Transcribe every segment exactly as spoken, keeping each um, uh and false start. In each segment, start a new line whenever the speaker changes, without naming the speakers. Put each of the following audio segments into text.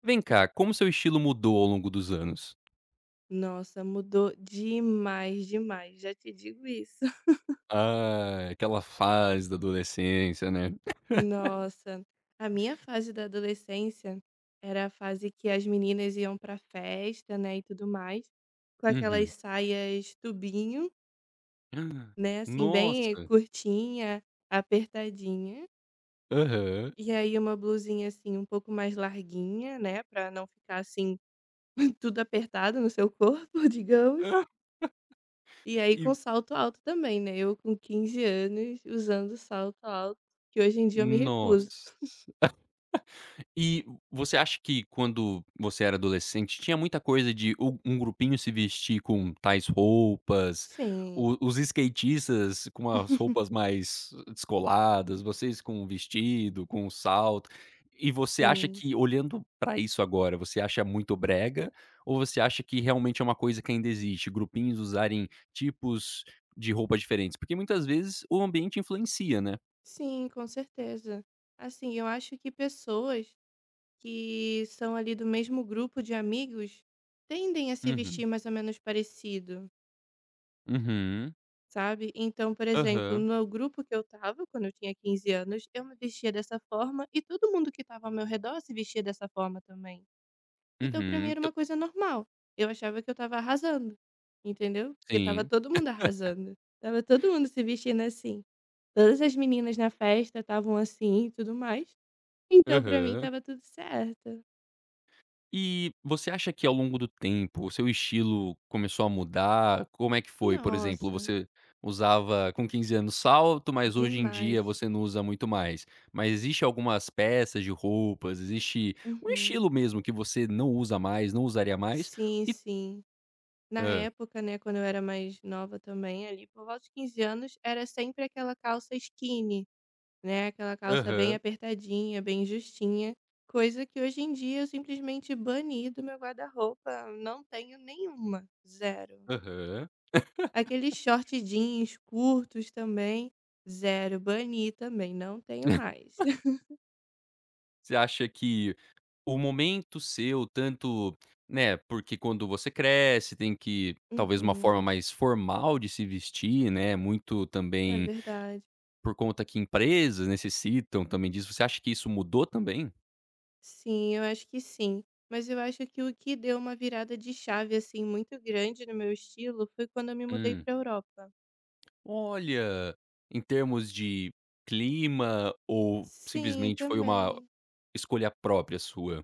Vem cá, como seu estilo mudou ao longo dos anos?
Nossa, mudou demais, demais, já te digo isso.
Ah, aquela fase da adolescência, né.
Nossa, a minha fase da adolescência era a fase que as meninas iam pra festa, né, e tudo mais, com aquelas
Uhum.
saias tubinho, né, assim, bem
Nossa!
curtinha, apertadinha,
Aham.
e aí uma blusinha, assim, um pouco mais larguinha, né, pra não ficar, assim, tudo apertado no seu corpo, digamos.
Ah,
E aí com
e
salto alto também, né, eu com quinze anos usando salto alto, que hoje em dia eu me recuso.
nossa! E você acha que quando você era adolescente tinha muita coisa de u um grupinho se vestir com tais roupas,
Sim,
o os skatistas com as roupas mais descoladas, vocês com um vestido, com um salto, e você acha
sim,
que olhando pra isso agora, você acha muito brega ou você acha que realmente é uma coisa que ainda existe, grupinhos usarem tipos de roupa diferentes? Porque muitas vezes o ambiente influencia, né.
sim, com certeza. Assim, eu acho que pessoas que são ali do mesmo grupo de amigos tendem a se
Uhum,
vestir mais ou menos parecido,
uhum,
sabe. Então, por exemplo,
aham,
no grupo que eu estava quando eu tinha quinze anos, eu me vestia dessa forma e todo mundo que estava ao meu redor se vestia dessa forma também. Então pra mim
uhum,
era
t
uma coisa normal. Eu achava que eu estava arrasando, entendeu? Porque estava
sim.
todo mundo arrasando, estava todo mundo se vestindo assim. Todas as meninas na festa estavam assim e tudo mais. Então pra mim
Aham.
estava tudo certo.
E você acha que ao longo do tempo o seu estilo começou a mudar? Como é que foi? Por exemplo,
Nossa,
você usava com quinze anos salto, mas hoje em dia
demais.
você não usa muito mais. Mas existe algumas peças de roupas, existe um
Uhum.
estilo mesmo que você não usa mais, não usaria mais?
Sim,
E
sim. Na
hã.
época, né, quando eu era mais nova também, ali por volta de quinze anos, era sempre aquela calça skinny. Né? Aquela calça bem
Aham,
apertadinha, bem justinha, coisa que hoje em dia eu simplesmente bani do meu guarda-roupa, não tenho nenhuma, zero.
aham.
Aqueles short jeans curtos também, zero, bani também, não tenho mais.
Você acha que o momento seu, tanto, né, porque quando você cresce tem que talvez uma forma
Uhum,
mais formal de se vestir, né, muito
é
também
verdade.
por conta que empresas necessitam também disso. Você acha que isso mudou também?
Sim, eu acho que sim. Mas eu acho que o que deu uma virada de chave assim muito grande no meu estilo foi quando eu me mudei
Hum.
para Europa.
Olha, em termos de clima ou
Sim,
simplesmente foi uma
também.
escolha própria sua?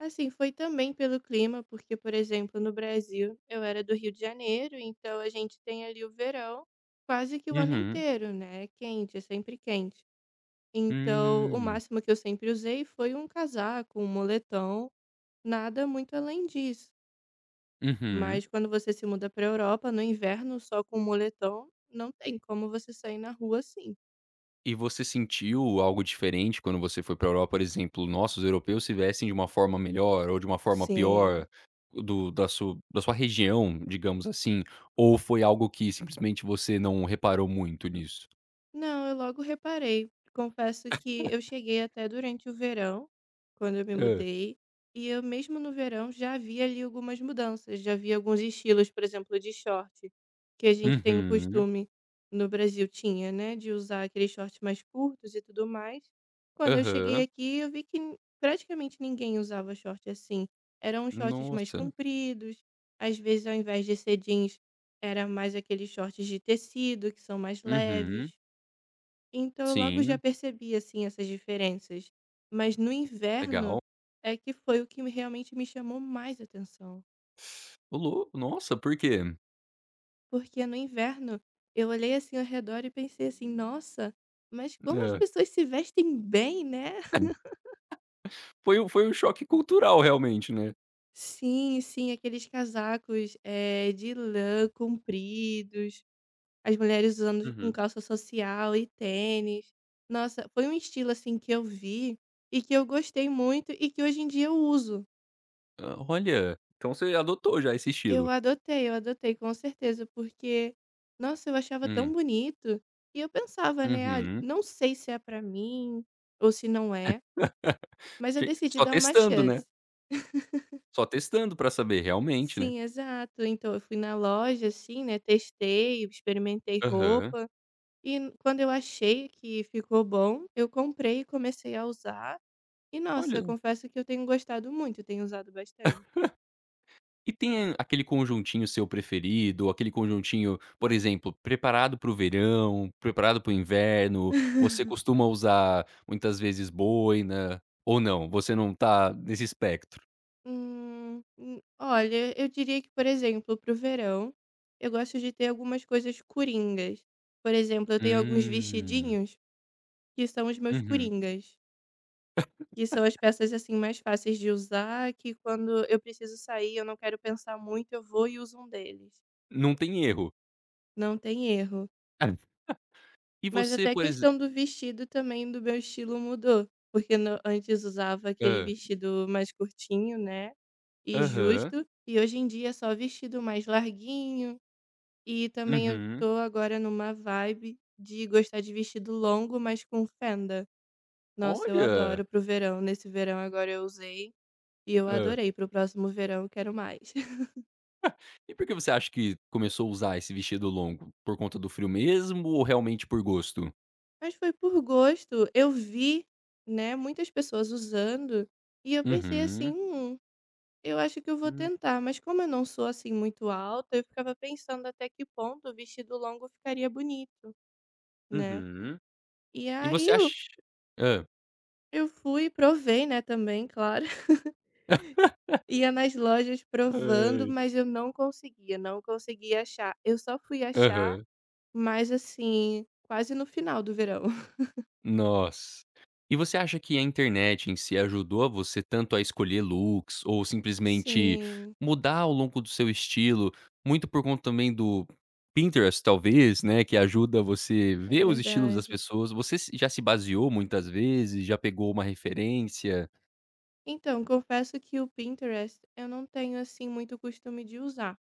Assim, foi também pelo clima, porque, por exemplo, no Brasil, eu era do Rio de Janeiro, então a gente tem ali o verão quase que o ano
Uhum.
inteiro, né? É quente, é sempre quente. Então, o
Hum.
máximo que eu sempre usei foi um casaco, um moletom, nada muito além disso.
Uhum.
Mas quando você se muda para a Europa, no inverno, só com um moletom, não tem como você sair na rua assim.
E você sentiu algo diferente quando você foi para a Europa, por exemplo, nossa, os europeus se vestem de uma forma melhor ou de uma forma
Sim.
pior do da su da sua região, digamos assim, ou foi algo que simplesmente você não reparou muito nisso?
Não, eu logo reparei. Confesso que eu cheguei até durante o verão, quando eu me
Hã.
mudei, e eu mesmo no verão já vi ali algumas mudanças, já vi alguns estilos, por exemplo, de short, que a gente tem o
Uhum.
costume no Brasil tinha, né, de usar aqueles shorts mais curtos e tudo mais. Quando eu cheguei
Aham.
aqui, eu vi que n- praticamente ninguém usava short assim. Eram shorts mais
Nossa.
compridos, às vezes ao invés de ser jeans, era mais aqueles shorts de tecido que são mais
Uhum.
leves. Então eu logo já
Sim,
percebi, assim, essas diferenças. Mas no
legal.
inverno é que foi o que me- realmente me chamou mais atenção.
Ô lou nossa, por quê?
Porque no inverno eu olhei assim ao redor e pensei assim, nossa, mas como as
Hã.
pessoas se vestem bem, né?
Foi um foi um choque cultural realmente, né.
Sim, sim, aqueles casacos eh, de lã compridos, as mulheres usando com
Uhum.
calça social e tênis. Nossa, foi um estilo assim que eu vi e que eu gostei muito e que hoje em dia eu uso.
Ah, olha, então você adotou já esse
Eu
estilo.
adotei, eu adotei, com certeza, porque, nossa, eu achava tão
Hum.
bonito. E eu pensava, né, "Ah,
Uhum.
não sei se é pra mim ou se não é", mas eu
Ti
decidi
só
dar uma
testando, né,
chance.
só testando pra saber realmente, né.
Sim, exato. Então eu fui na loja, assim, né, testei, experimentei
Aham.
roupa e n- quando eu achei que ficou bom, eu comprei e comecei a usar. E nossa, eu
Olha,
confesso que eu tenho gostado muito, tenho usado bastante.
e tem aquele conjuntinho seu preferido, aquele conjuntinho, por exemplo, preparado para o verão, preparado para o inverno, você costuma usar muitas vezes boina, ou não, você não tá nesse espectro?
Hum, hum, olha, eu diria que, por exemplo, pro verão, eu gosto de ter algumas coisas coringas. Por exemplo, eu tenho alguns
Hum,
vestidinhos que são os meus
uhum.
coringas, que são as peças assim mais fáceis de usar, que quando eu preciso sair, eu não quero pensar muito, eu vou e uso um deles.
Não tem erro.
Não tem erro.
Ah, e
Mas
você,
até a
por exemplo,
questão do vestido também do meu estilo mudou, porque no- antes usava aquele
hã.
vestido mais curtinho, né? E
Aham.
justo, e hoje em dia é só vestido mais larguinho. E também eu
Uhum.
tô agora numa vibe de gostar de vestido longo, mas com fenda. Nossa, eu
Olha.
adoro pro verão. Nesse verão agora eu usei e eu
Hã.
adorei. Pro próximo verão eu quero mais.
E por que você acha que começou a usar esse vestido longo? Por conta do frio mesmo ou realmente por gosto?
Mas foi por gosto. Eu vi, né, muitas pessoas usando e eu pensei assim,
Uhum.
hum, eu acho que eu vou
Hum,
tentar. Mas como eu não sou assim muito alta, eu ficava pensando até que ponto o vestido longo ficaria bonito, né?
uhum.
E
E
aí
você
eu,
acha, hã.
eu fui, provei, né, também, claro. Ia nas lojas provando,
Ai.
mas eu não conseguia, não conseguia achar. Eu só fui achar,
Aham.
mas assim, quase no final do verão.
Nossa. E você acha que a internet em si ajudou a você tanto a escolher looks ou simplesmente
Sim,
mudar ao longo do seu estilo, muito por conta também do Pinterest talvez, né, que ajuda você
é
ver os estilos das
verdade.
pessoas. Você se já se baseou muitas vezes, já pegou uma referência?
Então, confesso que o Pinterest eu não tenho assim muito costume de usar,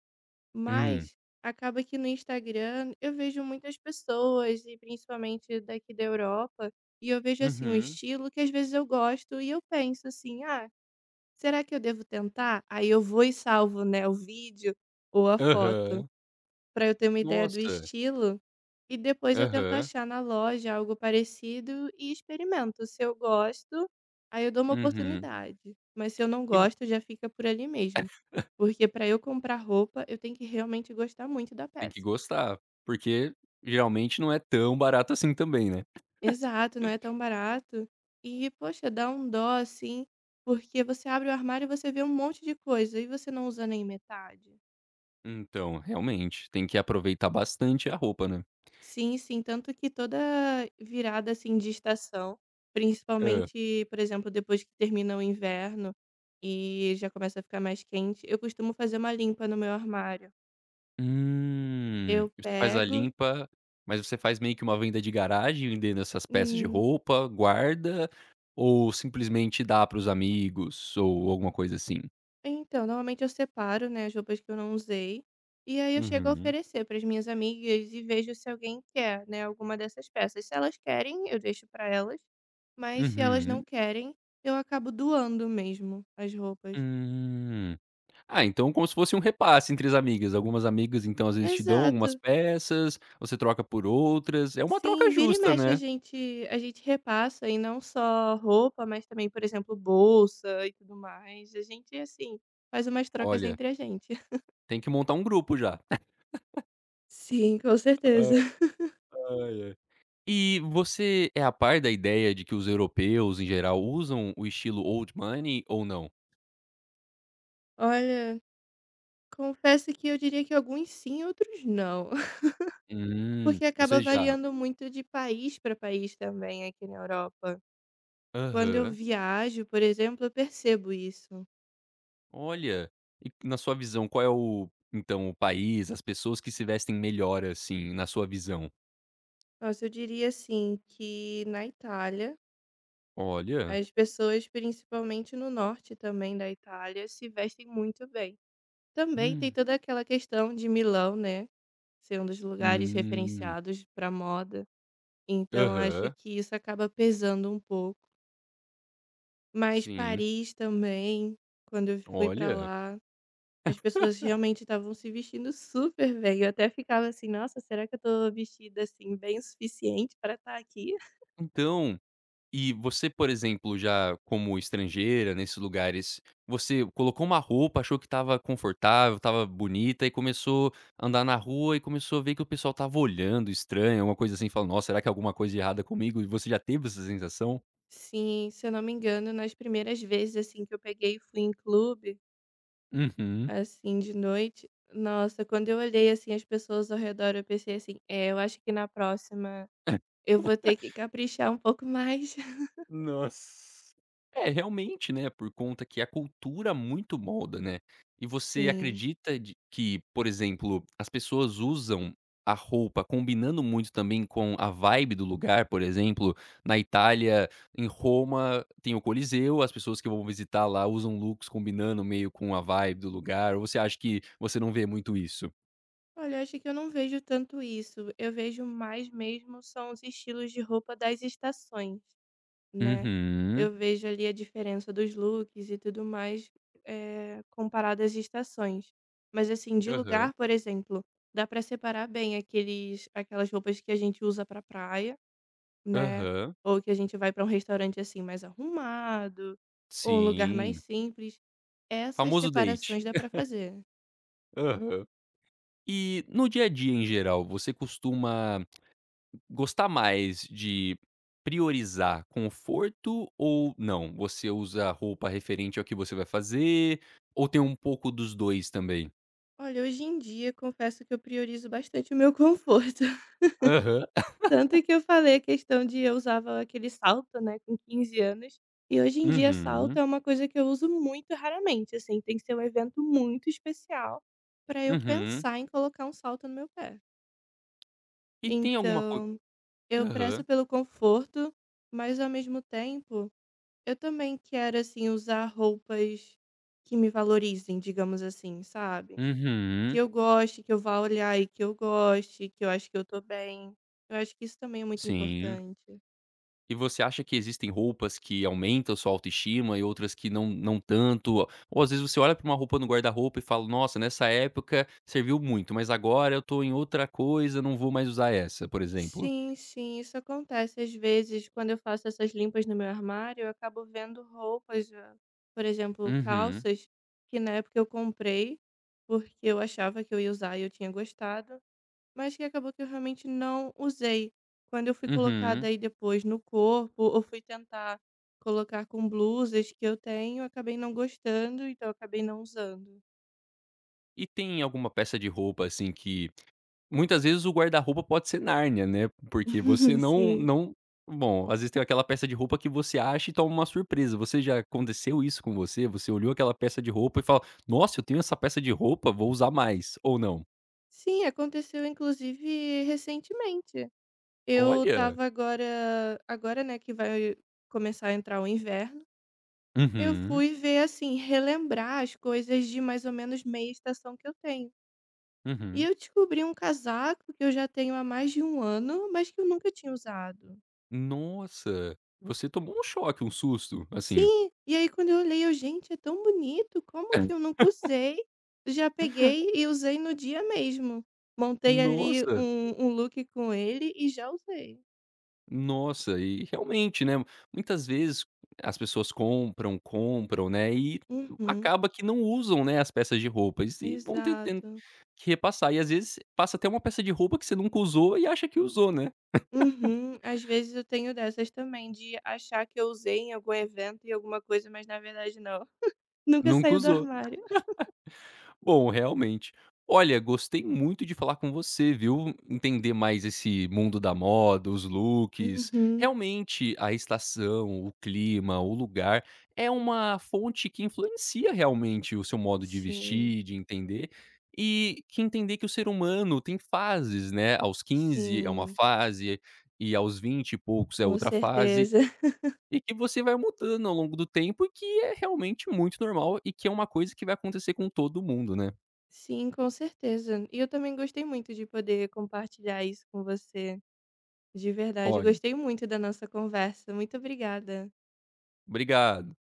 Hum.
mas acaba que no Instagram eu vejo muitas pessoas e principalmente daqui da Europa, e eu vejo assim um
Uhum.
estilo que às vezes eu gosto e eu penso assim: "Ah, será que eu devo tentar? Aí eu vou e salvo, né, o vídeo ou a foto,
Aham.
para eu ter uma ideia do
Nossa.
estilo, e depois eu tento
Aham.
achar na loja algo parecido e experimento. Se eu gosto, aí eu dou uma
Uhum.
oportunidade, mas se eu não
E vo
gosto, já fica por ali mesmo. Porque para eu comprar roupa, eu tenho que realmente gostar muito da
Tem que
peça."
gostar, porque geralmente não é tão barato assim também, né.
Exato, não é tão barato. E, poxa, dá um dó assim, porque você abre o armário e você vê um monte de coisa e você não usa nem metade.
Então, realmente, tem que aproveitar bastante a roupa, né.
Sim, sim, tanto que toda virada, assim, de estação,
Hã.
principalmente, por exemplo, depois que termina o inverno e já começa a ficar mais quente, eu costumo fazer uma limpa no meu armário.
Hum.
Eu
Você faz a
pego,
limpa, mas você faz meio que uma venda de garagem vendendo essas peças de
hum,
roupa, guarda, ou simplesmente dá para os amigos ou alguma coisa assim?
então, normalmente eu separo, né, as roupas que eu não usei, e aí eu chego a
Uhum.
oferecer para as minhas amigas e vejo se alguém quer, né, alguma dessas peças. Se elas querem, eu deixo para elas, mas se elas não
Uhum.
querem, eu acabo doando mesmo as roupas.
Hum. Ah, então como se fosse um repasse entre as amigas. Algumas amigas, então, às vezes te dão
Exato.
algumas peças, você troca por outras. É uma
Sim,
troca
vira e
justa,
mexe a
né.
gente a gente repassa, e não só roupa, mas também, por exemplo, bolsa e tudo mais. A gente, assim, faz umas trocas
Olha,
entre a gente.
tem que montar um grupo já.
Sim, com certeza.
Ai, ai. E você é a par da ideia de que os europeus, em geral, usam o estilo old money ou não?
Olha, confesso que eu diria que alguns sim, outros não,
Hum,
porque acaba
você já,
variando muito de país para país também aqui na Europa. Quando eu
aham.
viajo, por exemplo, eu percebo isso.
Olha, e na sua visão, qual é o, então, o país, as pessoas que se vestem melhor, assim, na sua visão?
Nossa, eu diria assim que na Itália
Olha,
as pessoas, principalmente no norte também da Itália, se vestem muito bem. Também tem
hum,
toda aquela questão de Milão, né, ser um dos lugares
hum,
referenciados para moda. Então acho
aham.
que isso acaba pesando um pouco. Mas
Sim,
Paris também, quando eu fui para
olha,
lá, as pessoas realmente estavam se vestindo super bem. Eu até ficava assim: "Nossa, será que eu tô vestida, assim, bem o suficiente para estar aqui?".
então, e você, por exemplo, já como estrangeira nesses lugares, você colocou uma roupa, achou que estava confortável, estava bonita e começou a andar na rua e começou a ver que o pessoal estava olhando estranho, alguma coisa assim, falando: "Nossa, será que é alguma coisa errada comigo?". E você já teve essa sensação?
Sim, se eu não me engano, nas primeiras vezes, assim, que eu peguei e fui em clube,
Uhum.
assim, de noite, nossa, quando eu olhei, assim, as pessoas ao redor, eu pensei assim: "É, eu acho que na próxima eu vou ter que caprichar um pouco mais".
Nossa. É, realmente, né, por conta que a cultura muito molda, né. E você
Sim.
acredita de que, por exemplo, as pessoas usam a roupa combinando muito também com a vibe do lugar, por exemplo, na Itália, em Roma, tem o Coliseu, as pessoas que vão visitar lá usam looks combinando meio com a vibe do lugar, ou você acha que você não vê muito isso?
Olha, eu acho que eu não vejo tanto isso, eu vejo mais mesmo são os estilos de roupa das estações, né. Eu
Uhum.
vejo ali a diferença dos looks e tudo mais, eh, comparado às estações. Mas assim, de
Aham.
lugar, por exemplo, dá para separar bem aqueles aquelas roupas que a gente usa para praia. Né.
Aham.
Ou que a gente vai para um restaurante, assim, mais arrumado, ou um lugar mais
Sim.
simples. Essas
Famoso date.
separações dá para fazer.
Aham. E no dia a dia, em geral, você costuma gostar mais de priorizar conforto ou não? Você usa roupa referente ao que você vai fazer ou tem um pouco dos dois também?
Olha, hoje em dia, confesso que eu priorizo bastante o meu conforto.
Aham.
Tanto que eu falei a questão de eu usava aquele salto, né, com quinze anos, e hoje em dia salto
Uhum,
é uma coisa que eu uso muito raramente, assim, tem que ser um evento muito especial para eu
uhum.
pensar em colocar um salto no meu pé.
E tem alguma coisa?
Então, eu prezo
Aham.
pelo conforto, mas ao mesmo tempo eu também quero, assim, usar roupas que me valorizem, digamos assim, sabe? Que
Uhum,
eu goste, que eu vá olhar e que eu goste, que eu acho que eu tô bem. Eu acho que isso também é muito
sim.
importante.
E você acha que existem roupas que aumentam sua autoestima e outras que não, não tanto? Ou às vezes você olha pra uma roupa no guarda-roupa e fala: "Nossa, nessa época serviu muito, mas agora eu tô em outra coisa, não vou mais usar essa", por exemplo?
Sim, sim, isso acontece. Às vezes, quando eu faço essas limpas no meu armário, eu acabo vendo roupas, ah, por exemplo,
Uhum,
calças, que na época eu comprei, porque eu achava que eu ia usar e eu tinha gostado. Mas que acabou que eu realmente não usei. Quando eu fui colocada
uhum.
aí depois no corpo, ou fui tentar colocar com blusas que eu tenho, acabei não gostando, então acabei não usando.
E tem alguma peça de roupa, assim, que, muitas vezes o guarda-roupa pode ser Nárnia, né, porque você não
Sim.
não bom, às vezes tem aquela peça de roupa que você acha e toma uma surpresa. Você já aconteceu isso com você? Você olhou aquela peça de roupa e fala: "Nossa, eu tenho essa peça de roupa, vou usar mais", ou não?
Sim, aconteceu inclusive recentemente. Eu
Olha!
tava agora, agora né, que vai começar a entrar o inverno, eu
Uhum,
fui ver assim, relembrar as coisas de mais ou menos meia estação que eu tenho. E
uhum.
eu descobri um casaco que eu já tenho há mais de um ano, mas que eu nunca tinha usado.
Nossa, você tomou um choque, um susto, assim.
Sim, e aí quando eu olhei eu: "Gente, é tão bonito, como que eu nunca usei?". Já peguei e usei no dia mesmo. Montei ali
Nossa!
um um look com ele e já usei.
Nossa, e realmente, né, muitas vezes as pessoas compram, compram, né, e
Uhum,
acaba que não usam, né, as peças de roupas e vão ter tendo
exato.
que repassar. E às vezes passa até uma peça de roupa que você nunca usou e acha que usou, né,
Uhum. Às vezes eu tenho dessas também, de achar que eu usei em algum evento e alguma coisa, mas na verdade não. Nunca
nunca
saiu do
usou.
armário.
Bom, realmente. Olha, gostei muito de falar com você, viu. Entender mais esse mundo da moda, os looks.
Uhum.
Realmente, a estação, o clima, o lugar, é uma fonte que influencia realmente o seu modo de
Sim,
vestir, de entender, e que entender que o ser humano tem fases, né. Aos quinze é uma
sim,
fase, e aos vinte e poucos é
com
outra fase,
certeza.
e que você vai mudando ao longo do tempo e que é realmente muito normal e que é uma coisa que vai acontecer com todo mundo, né.
Sim, com certeza. E eu também gostei muito de poder compartilhar isso com você. De verdade,
Olha,
gostei muito da nossa conversa. Muito obrigada.
obrigado.